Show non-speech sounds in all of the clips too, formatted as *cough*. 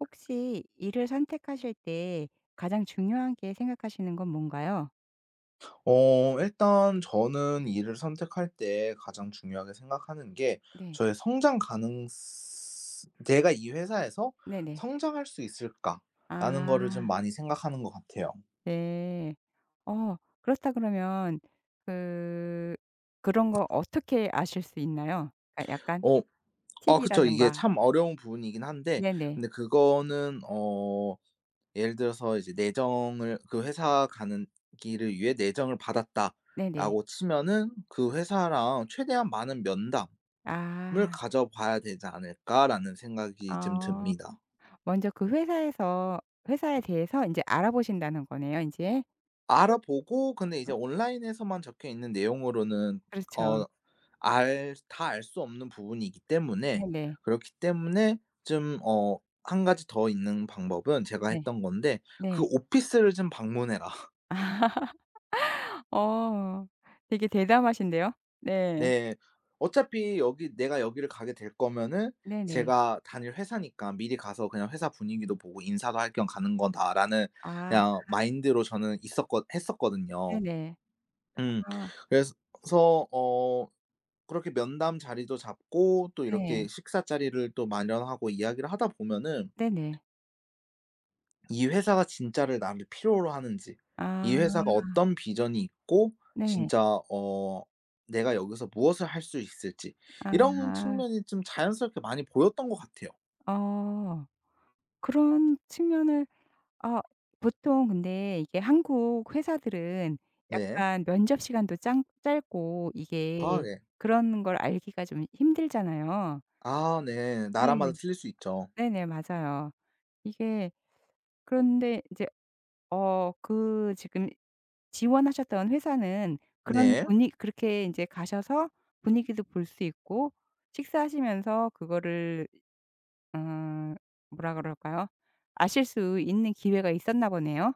혹시 일을 선택하실 때 가장 중요한 게 생각하시는 건 뭔가요? 일단 저는 일을 선택할 때 가장 중요하게 생각하는 게 네. 저의 성장 가능 '내가 이 회사에서 네네. 성장할 수 있을까?'라는 거를 좀 아, 많이 생각하는 것 같아요. 네. 어 그렇다 그러면 그 그런 거 어떻게 아실 수 있나요? 아, 약간 어 아 그쵸. 이게 팁이라든가. 참 어려운 부분이긴 한데 네네. 근데 그거는 예를 들어서 이제 내정을 그 회사 가는 길을 위해 내정을 네네. 받았다라고 치면은 그 회사랑 최대한 많은 면담 을 아. 가져봐야 되지 않을까라는 생각이 좀 어 듭니다. 먼저 그 회사에서 회사에 대해서 이제 알아보신다는 거네요, 이제. 알아보고 근데 이제 온라인에서만 적혀 있는 내용으로는 그렇죠. 어 알 다 알 수 없는 부분이기 때문에 네네. 그렇기 때문에 좀 한 가지 더 있는 방법은 제가 네. 했던 건데 "그 네. 오피스를 좀 방문해라." *laughs* 어. 되게 대담하신데요. 네. 네. 어차피 여기 내가 여기를 가게 될 거면은 네네. 제가 다닐 회사니까 미리 가서 그냥 회사 분위기도 보고 인사도 할 겸 가는 거다라는 아, 그냥 마인드로 저는 있었거 했었거든요. 네네. 음. 아, 그래서 어 그렇게 면담 자리도 잡고 또 네. 이렇게 식사 자리를 또 마련하고 이야기를 하다 보면은 네네. 이 회사가 진짜를 나를 필요로 하는지, 이 회사가 아, 어떤 비전이 있고 네. 진짜 내가 여기서 무엇을 할 수 있을지 이런 아. 측면이 좀 자연스럽게 많이 보였던 것 같아요. 어. 그런 측면을. 아, 보통 근데 이게 한국 회사들은 네. 약간 면접 시간도 짱 짧고, 아 이게 네. 그런 걸 알기가 좀 힘들잖아요. 아 네. 나라마다 네네. 틀릴 수 있죠. 네네. 맞아요. 이게. 그런데 이제 그 지금 지원하셨던 회사는 그런 네. 분위 그렇게 인제 가셔서 분위기도 볼 수 있고 식사하시면서 그거를, 어, 뭐라 그럴까요? 아실 수 있는 기회가 있었나 보네요.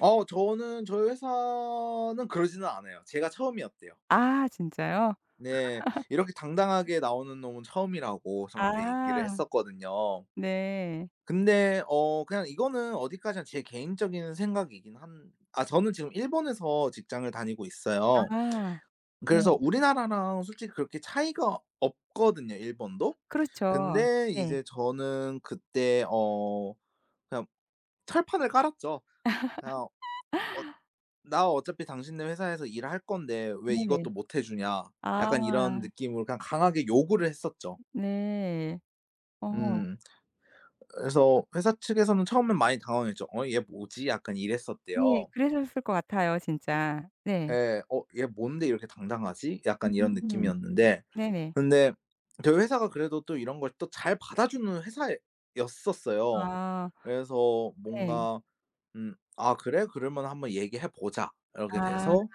저는 저희 회사는 그러지는 않아요. 제가 처음이었대요. 아, 진짜요? 네. 이렇게 당당하게 나오는 놈은 처음이라고 저한테 얘기를 아, 했었거든요. 네. 근데 그냥 이거는 어디까지나 제 개인적인 생각이긴 한 아 저는 지금 일본에서 직장을 다니고 있어요. 아. 그래서 네. 우리나라랑 솔직히 그렇게 차이가 없거든요, 일본도. 그렇죠. 근데 네. 이제 저는 그때 그냥 철판을 깔았죠. 그냥 "어 나 어차피 당신네 회사에서 일을 할 건데 왜 네네. 이것도 못 해 주냐." 아, 약간 이런 느낌으로 그냥 강하게 요구를 했었죠. 네. 어, 음. 그래서 회사 측에서는 처음엔 많이 당황했죠. '어 얘 뭐지?' 약간 네. 이랬었대요. 그러셨을 것 같아요, 진짜. 네. 예. '어 얘 뭔데 이렇게 당당하지?' 약간 이런 음. 느낌이었는데 네네. 근데 저희 회사가 그래도 또 이런 걸 또 잘 받아주는 회사였었어요. 아. 그래서 네. 뭔가 '아 그래? 그러면 한번 얘기해 보자.' 이렇게 아. 돼서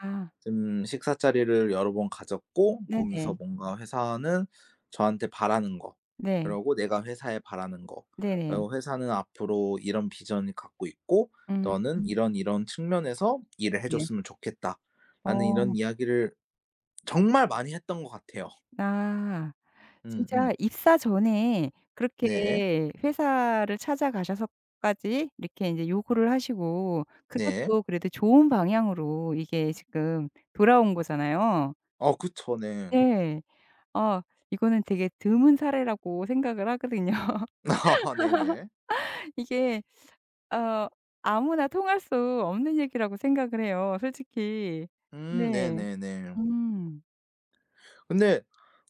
좀 식사 자리를 여러 번 가졌고 거기서 네네. 뭔가 회사는 저한테 바라는 거 네. 그러고 내가 회사에 바라는 거 네네. 그리고 "회사는 앞으로 이런 비전을 갖고 있고 음, 너는 이런 측면에서 일을 해 네네. 줬으면 좋겠다."라는 어. 이런 이야기를 정말 많이 했던 것 같아요. 아. 음음. 진짜 입사 전에 네. 그렇게 회사를 찾아가셔서까지 이렇게 인제 요구를 하시고, 그게 네. 또 그래도 좋은 방향으로 이게 지금 돌아온 거잖아요. 그쵸. 네. 네. 어 이거는 되게 드문 사례라고 생각을 하거든요. *laughs* 아하 네네. *laughs* 이게. 어 아무나 통할 수 없는 얘기라고 생각을 해요, 솔직히. 네. 네네네. 음. 근데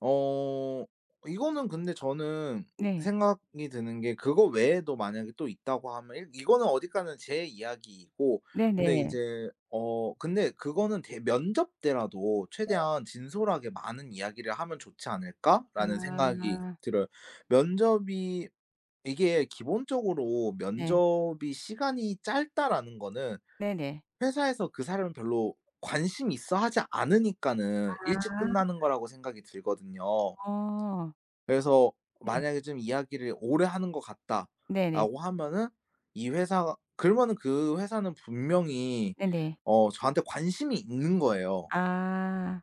어 이거는 근데 저는 네. 생각이 드는 게 그거 외에도 만약에 또 있다고 하면 일 이거는 어디까지는 제 이야기이고 근데 네네. 이제 근데 그거는 대 면접 때라도 '최대한 진솔하게 많은 이야기를 하면 좋지 않을까?'라는 아. 생각이 들어요. 면접이 이게 기본적으로 네. 면접이 시간이 짧다라는 거는 네네. 회사에서 그 사람이 별로 관심 있어 하지 않으니까는 아. 일찍 끝나는 거라고 생각이 들거든요. 어. 그래서 네. 만약에 좀 이야기를 오래 하는 것 네네. 같다라고 하면은 이 회사 그러면은 그 회사는 분명히 네네. 저한테 관심이 있는 거예요. 아.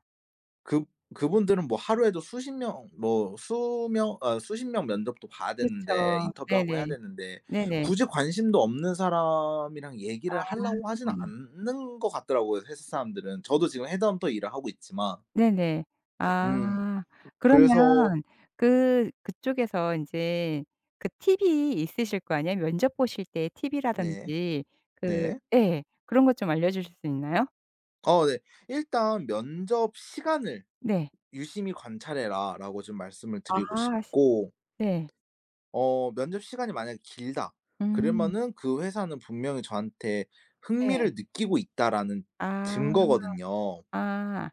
그 그분들은 뭐 하루에도 수십 명 뭐 수명 아 수십 명 면접도 봐야 되는데 그렇죠. 인터뷰하고 해야 네네. 되는데 네네. 굳이 관심도 없는 사람이랑 얘기를 하려고 하지는 않는 것 같더라고요, 회사 사람들은. 저도 지금 헤드헌터 일을 하고 있지만 네네. 음 아. 그래서 그러면 그 그쪽에서 인제 그 팁이 있으실 거 아니에요? 면접 보실 때 네. 팁이라든지, 그 네. 예, 그런 것 좀 알려 주실 수 있나요? 네. "일단 면접 시간을 네. 유심히 관찰해라."라고 좀 말씀을 아. 드리고 시 싶고 네. 면접 시간이 만약에 길다 음. 그러면은 그 회사는 분명히 저한테 네. 흥미를 느끼고 있다라는 아. 증거거든요. 아.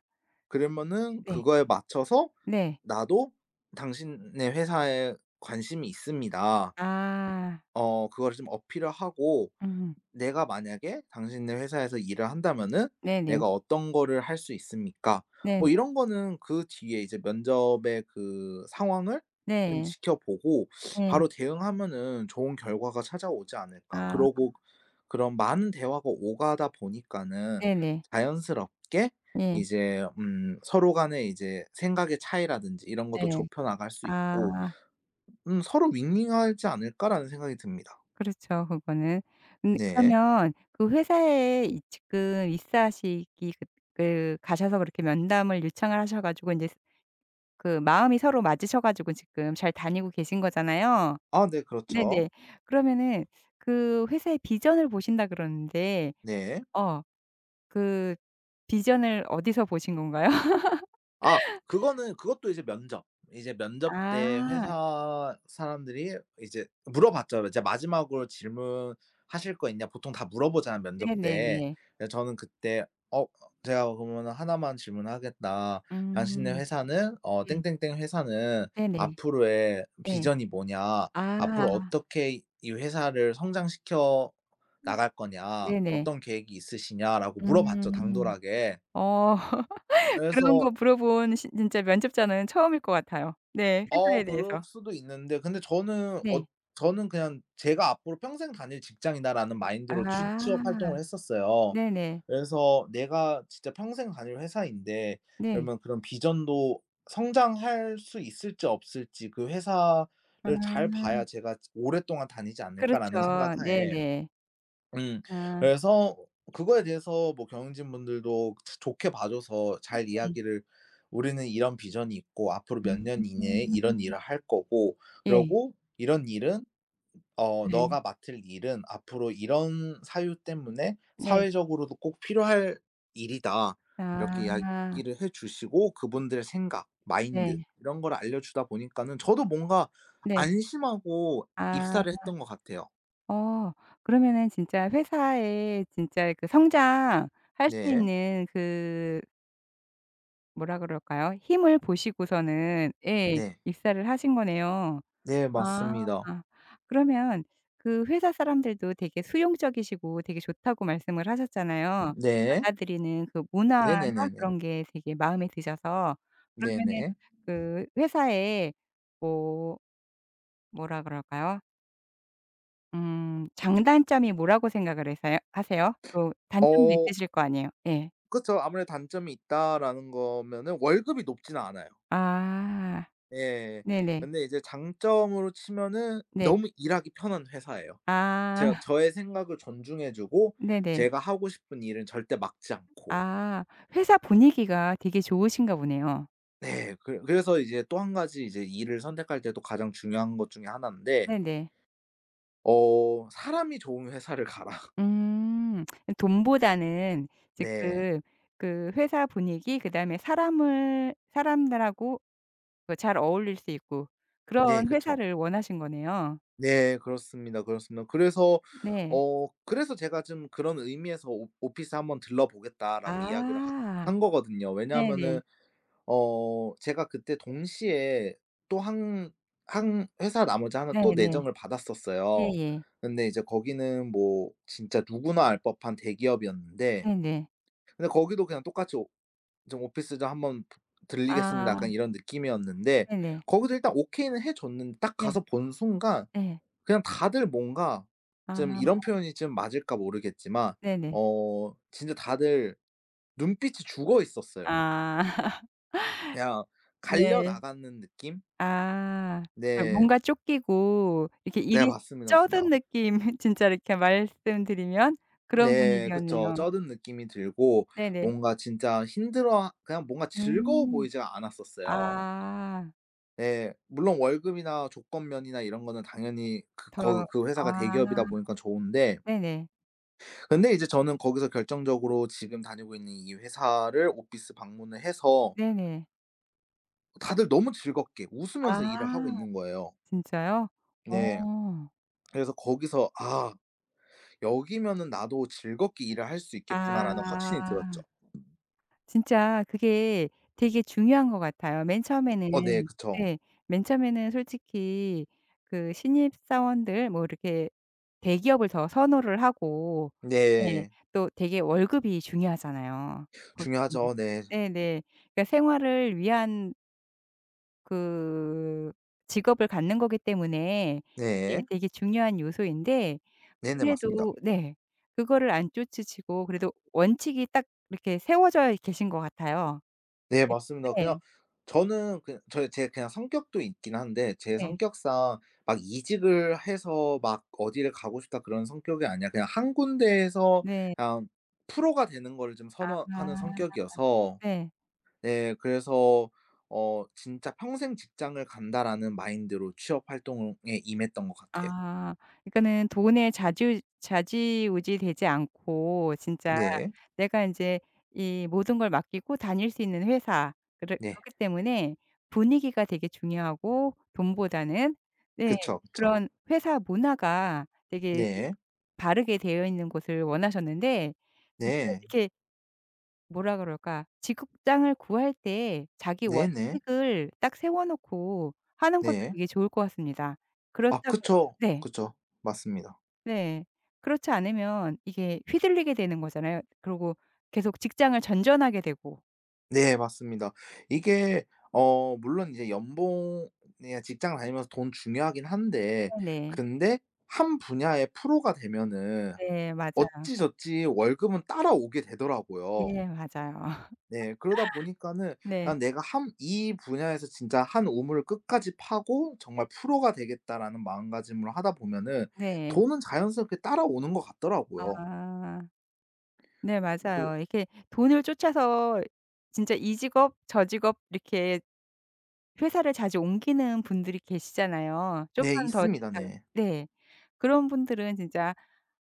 그러면은 네. 그거에 맞춰서 네. "나도 당신의 회사에 관심이 있습니다." 아. 그거를 좀 어필을 하고 음. 내가 만약에 당신네 회사에서 일을 한다면은 네네. 내가 어떤 거를 할 수 있습니까? 네네. 뭐 이런 거는 그 뒤에 이제 면접의 그 상황을 좀 네. 지켜보고 예. 바로 대응하면은 좋은 결과가 찾아오지 않을까. 아, 그러고 그런 많은 대화가 오가다 보니까는 네네. 자연스럽게 예. 이제 서로 간에 이제 생각의 차이라든지 이런 것도 네. 좁혀 나갈 수 있고 아, '서로 윈윈하지 않을까.'라는 생각이 듭니다. 그렇죠 그거는. 음, 네. 그러면 그 회사에 이 지금 입사하시기 그. 그 가셔서 그렇게 면담을 요청을 하셔 가지고 인제 그 마음이 서로 맞으셔 가지고 지금 잘 다니고 계신 거잖아요. 아 네 그렇죠. 네네. 그러면은 그 회사의 비전을 보신다 그러는데 네. 어 그 비전을 어디서 보신 건가요? 아 그거는 그것도 이제 면접. 이제 면접 때 아. 회사 사람들이 이제 물어봤죠. 이제 마지막으로 "질문하실 거 있냐?" 보통 다 물어보잖아요, 면접 때. 네네네. 그래서 저는 그때 제가 그러면은 "하나만 질문하겠다. 당신네 음. 회사는 어 네. 땡땡땡 회사는 네네. 앞으로의 예. 비전이 뭐냐? 아. 앞으로 어떻게 이 회사를 성장시켜 나갈 거냐? 네네. 어떤 계획이 있으시냐?"라고 물어봤죠, 음. 당돌하게. 어. *laughs* 그런 그래서 거 물어본 시 진짜 면접자는 처음일 것 같아요. 네. 회사에 그럴 대해서. 수도 있는데 근데 저는 네. 어 저는 그냥 '제가 앞으로 평생 다닐 직장이다.'라는 마인드로 취 아. 취업 활동을 했었어요. 네네. 그래서 내가 진짜 평생 다닐 회사인데 네. 그러면 그런 비전도 성장할 수 있을지 없을지 그 회사를 잘 아. 봐야 제가 '오랫동안 다니지 않을까.'라는 그렇죠. 생각하에 네네. 음. 아, 그래서 그거에 대해서 뭐 경영진 분들도 좋게 봐 줘서 잘 네. 이야기를 "우리는 이런 비전이 있고 앞으로 몇 음. 년 이내에 이런 일을 할 거고 예. 그러고 이런 일은 어 네. 너가 맡을 일은 앞으로 이런 사유 때문에 네. 사회적으로도 꼭 필요할 일이다." 이렇게 아. 이야기를 해 주시고 그분들의 생각, 마인드 네. 이런 걸 알려주다 보니까는 저도 뭔가 네. 안심하고 아. 입사를 했던 것 같아요. 어 그러면은 진짜 회사에 진짜 그 성장할 수 네. 있는 그. 뭐라 그럴까요? 힘을 보시고서는, 예, 네. 입사를 하신 거네요. 네 아, 맞습니다. 그러면 그 회사 사람들도 되게 수용적이시고 되게 좋다고 말씀을 하셨잖아요. 네. 받아들이는 그 문화나 네네네네. 그런 게 되게 마음에 드셔서 그러면은 네네. 그 회사에 뭐 뭐라 그럴까요? 음, 장단점이 뭐라고 생각을 해서요 하세요? 또 단점도 어 있으실 거 아니에요. 예. 그쵸. 아무래도 단점이 있다라는 거면은 월급이 높지는 않아요. 아, 예. 네네. 근데 이제 장점으로 치면은 네. 너무 일하기 편한 회사예요. 제가 아, 저의 생각을 존중해 주고 네네. 제가 하고 싶은 일은 절대 막지 않고. 아, 회사 분위기가 되게 좋으신가 보네요. 네. 그래서 이제 또 한 가지 이제 일을 선택할 때도 가장 중요한 것 중에 하나인데 네네. '사람이 좋은 회사를 가라.' *laughs* 음. 돈보다는 네. 지금 그 회사 분위기, 그다음에 사람을 사람들하고 그 잘 어울릴 수 있고 네 그런 그쵸. 회사를 원하신 거네요. 네. 그렇습니다, 그렇습니다. 그래서 네. 어 그래서 제가 좀 그런 의미에서 "오 오피스 한번 들러보겠다."라고 이야기를 하 아, 한 거거든요. 왜냐하면은 네네. 제가 그때 동시에 또 한 한 회사 나머지 하나 또 네네. 내정을 받았었어요. 예예. 근데 이제 거기는 뭐 진짜 누구나 알 법한 대기업이었는데 네네. 네네. 근데 거기도 그냥 똑같이 오 좀 "오피스 좀 한번 부 들리겠습니다." 약간 아, 이런 느낌이었는데 네네. 거기도 일단 오케이는 해 줬는데 딱 네. 가서 본 순간 네, 그냥 다들 뭔가 아, 좀 이런 표현이 좀 맞을까 모르겠지만 네네. 진짜 다들 눈빛이 죽어 있었어요. 아. *laughs* 그냥 갈려 네. 나가는 느낌? 아, 그러니까 네. 뭔가 쫓기고 이렇게 네 일이 맞습니다, 맞습니다. 쩌든 느낌. *laughs* 진짜 이렇게 말씀드리면 그런 네 그쵸. 분위기였네요. 쩌든 느낌이 들고 네네. 뭔가 진짜 힘들어 그냥 뭔가 즐거워 음. 보이지가 않았었어요. 아, 네. 물론 월급이나 조건면이나 이런 거는 당연히 그 더. 거 그 아, 회사가 대기업이다 보니까 좋은데 네네. 근데 이제 저는 거기서 결정적으로 지금 다니고 있는 이 회사를 오피스 방문을 해서 네네. 다들 너무 즐겁게 웃으면서 일을 하고 아, 있는 거예요. 진짜요? 어. 네. 그래서 거기서 '아 여기면은 나도 즐겁게 일을 할 수 있겠구나.'라는 확신이 들었죠. 아. 진짜 그게 되게 중요한 것 같아요, 맨 네 처음에는. 그쵸. 네. 맨 처음에는 솔직히 그 신입 사원들 뭐 이렇게 대기업을 더 선호를 하고, 네, 네. 또 되게 월급이 중요하잖아요, 보통. 중요하죠. 네. 네네. 그러니까 생활을 위한 그 직업을 갖는 거기 때문에 이게 네. 되게 중요한 요소인데 네네 맞습니다. 그래도, 네, 그거를 안 쫓으시고 그래도 원칙이 딱 이렇게 세워져 계신 것 같아요. 네 네. 맞습니다. 네. 그냥 저는 그냥 저제 그냥 성격도 있긴 한데 제 네. 성격상 막 이직을 해서 막 '어디를 가고 싶다.' 그런 성격이 아니라 그냥 한 군데에서 네. 그냥 프로가 되는 거를 좀 선호하는 아, 성격이어서 네. 네 그래서 진짜 '평생 직장을 간다.'라는 마인드로 취업 활동에 임했던 것 같아요. 아, 그러니까는 돈에 좌지우지 되지 않고 진짜 네. 내가 인제 이 모든 걸 맡기고 다닐 수 있는 회사 네. 그렇기 때문에 분위기가 되게 중요하고 돈보다는, 네, 그쵸, 그쵸. 그런 회사 문화가 되게 네. 바르게 되어 있는 곳을 원하셨는데 진짜 네. 이렇게 뭐라 그럴까? 직업장을 구할 때 자기 네네. 네. 원칙을 딱 세워 놓고 하는 것도 네. 되게 좋을 것 같습니다. 아 그렇다 그러 그쵸. 네. 그쵸. 맞습니다. 네. 그렇지 않으면 이게 휘둘리게 되는 거잖아요. 그러고 계속 직장을 전전하게 되고. 네 맞습니다. 이게 물론 이제 연봉이나 직장 다니면서 돈 중요하긴 한데 네네. 근데 한 분야의 프로가 되면은 네, 맞아요. 어찌저찌 월급은 따라오게 되더라고요. 예, 맞아요. *laughs* 네 그러다 보니까는 아 네. '내가 한 이 분야에서 진짜 한 우물을 끝까지 파고 정말 프로가 되겠다.'라는 마음가짐으로 하다 보면은 네. 돈은 자연스럽게 따라오는 것 같더라고요. 아. 네, 그 맞아요. 이렇게 돈을 쫓아서 진짜 이 직업 저 직업 이렇게 회사를 자주 옮기는 분들이 계시잖아요. 네 좀만 더 있습니다. 준다. 네. 네. 그런 분들은 진짜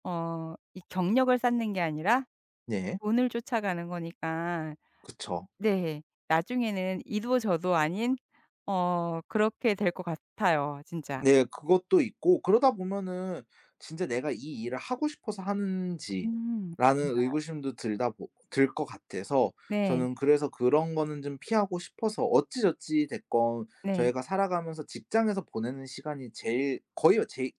이 경력을 쌓는 게 아니라 네. 돈을 쫓아가는 거니까, 그쵸. 네, 나중에는 이도 저도 아닌 그렇게 될 것 같아요, 진짜. 네. 그것도 있고 그러다 보면은 진짜 내가 이 일을 하고 싶어서 하는지라는 음. 맞아. 의구심도 들다 들 것 같아서 네. 저는 그래서 그런 거는 좀 피하고 싶어서 어찌저찌 됐건 네. 저희가 살아가면서 직장에서 보내는 시간이 제일 거의 제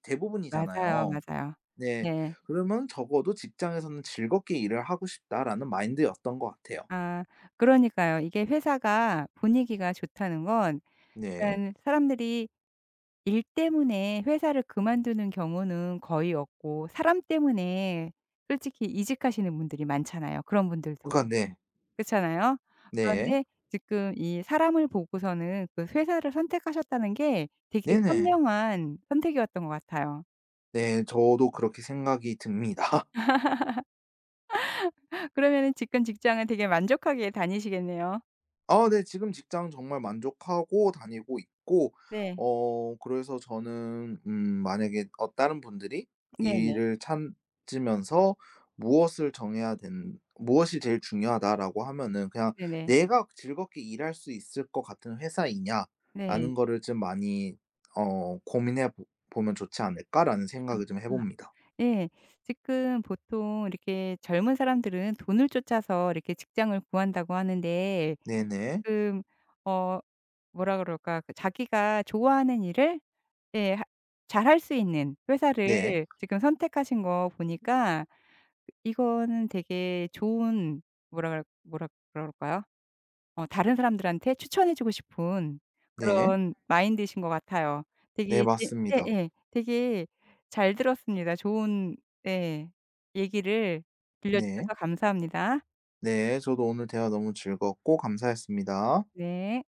맞아요, 대부분이잖아요. 맞아요. 네. 네. 그러면 적어도 '직장에서는 즐겁게 일을 하고 싶다.'라는 마인드였던 것 같아요. 아, 그러니까요. 이게 회사가 분위기가 좋다는 건 네. 그러니깐 사람들이 일 때문에 회사를 그만두는 경우는 거의 없고, 사람 때문에 솔직히 이직하시는 분들이 많잖아요, 그런 분들도. 그러니까 네. 그렇잖아요? 네. 그런데 지금 이 사람을 보고서는 그 회사를 선택하셨다는 게 되게 네네. 현명한 선택이었던 것 같아요. 네. 저도 그렇게 생각이 듭니다. 그러면은 지금 직장을 되게 만족하게 다니시겠네요. 아 네. 지금 직장 정말 만족하고 다니고 있고 네. 그래서 저는 만약에 다른 분들이 네네. 일을 찾으면서 무엇을 정해야 된 '무엇이 제일 중요하다.'라고 하면은 그냥 네네. '내가 즐겁게 일할 수 있을 것 같은 네. 회사이냐.'라는 거를 좀 많이 고민해 보 보면 좋지 않을까라는 생각을 좀 해 봅니다. 예. 지금 보통 이렇게 젊은 사람들은 돈을 쫓아서 이렇게 직장을 구한다고 하는데 네네. 지금 어 뭐라 그럴까? 그 자기가 좋아하는 일을, 예, 하 잘할 수 있는 네. 회사를 지금 선택하신 거 보니까 이거는 되게 좋은, 뭐라 그럴까요? 다른 사람들한테 추천해 주고 싶은 네. 그런 마인드이신 것 같아요. 네 되게 제 맞습니다. 예예. 되게 잘 들었습니다. 좋은, 네, 얘기를 네. 들려주셔서 감사합니다. 네. 저도 오늘 대화 너무 즐겁고 감사했습니다. 네.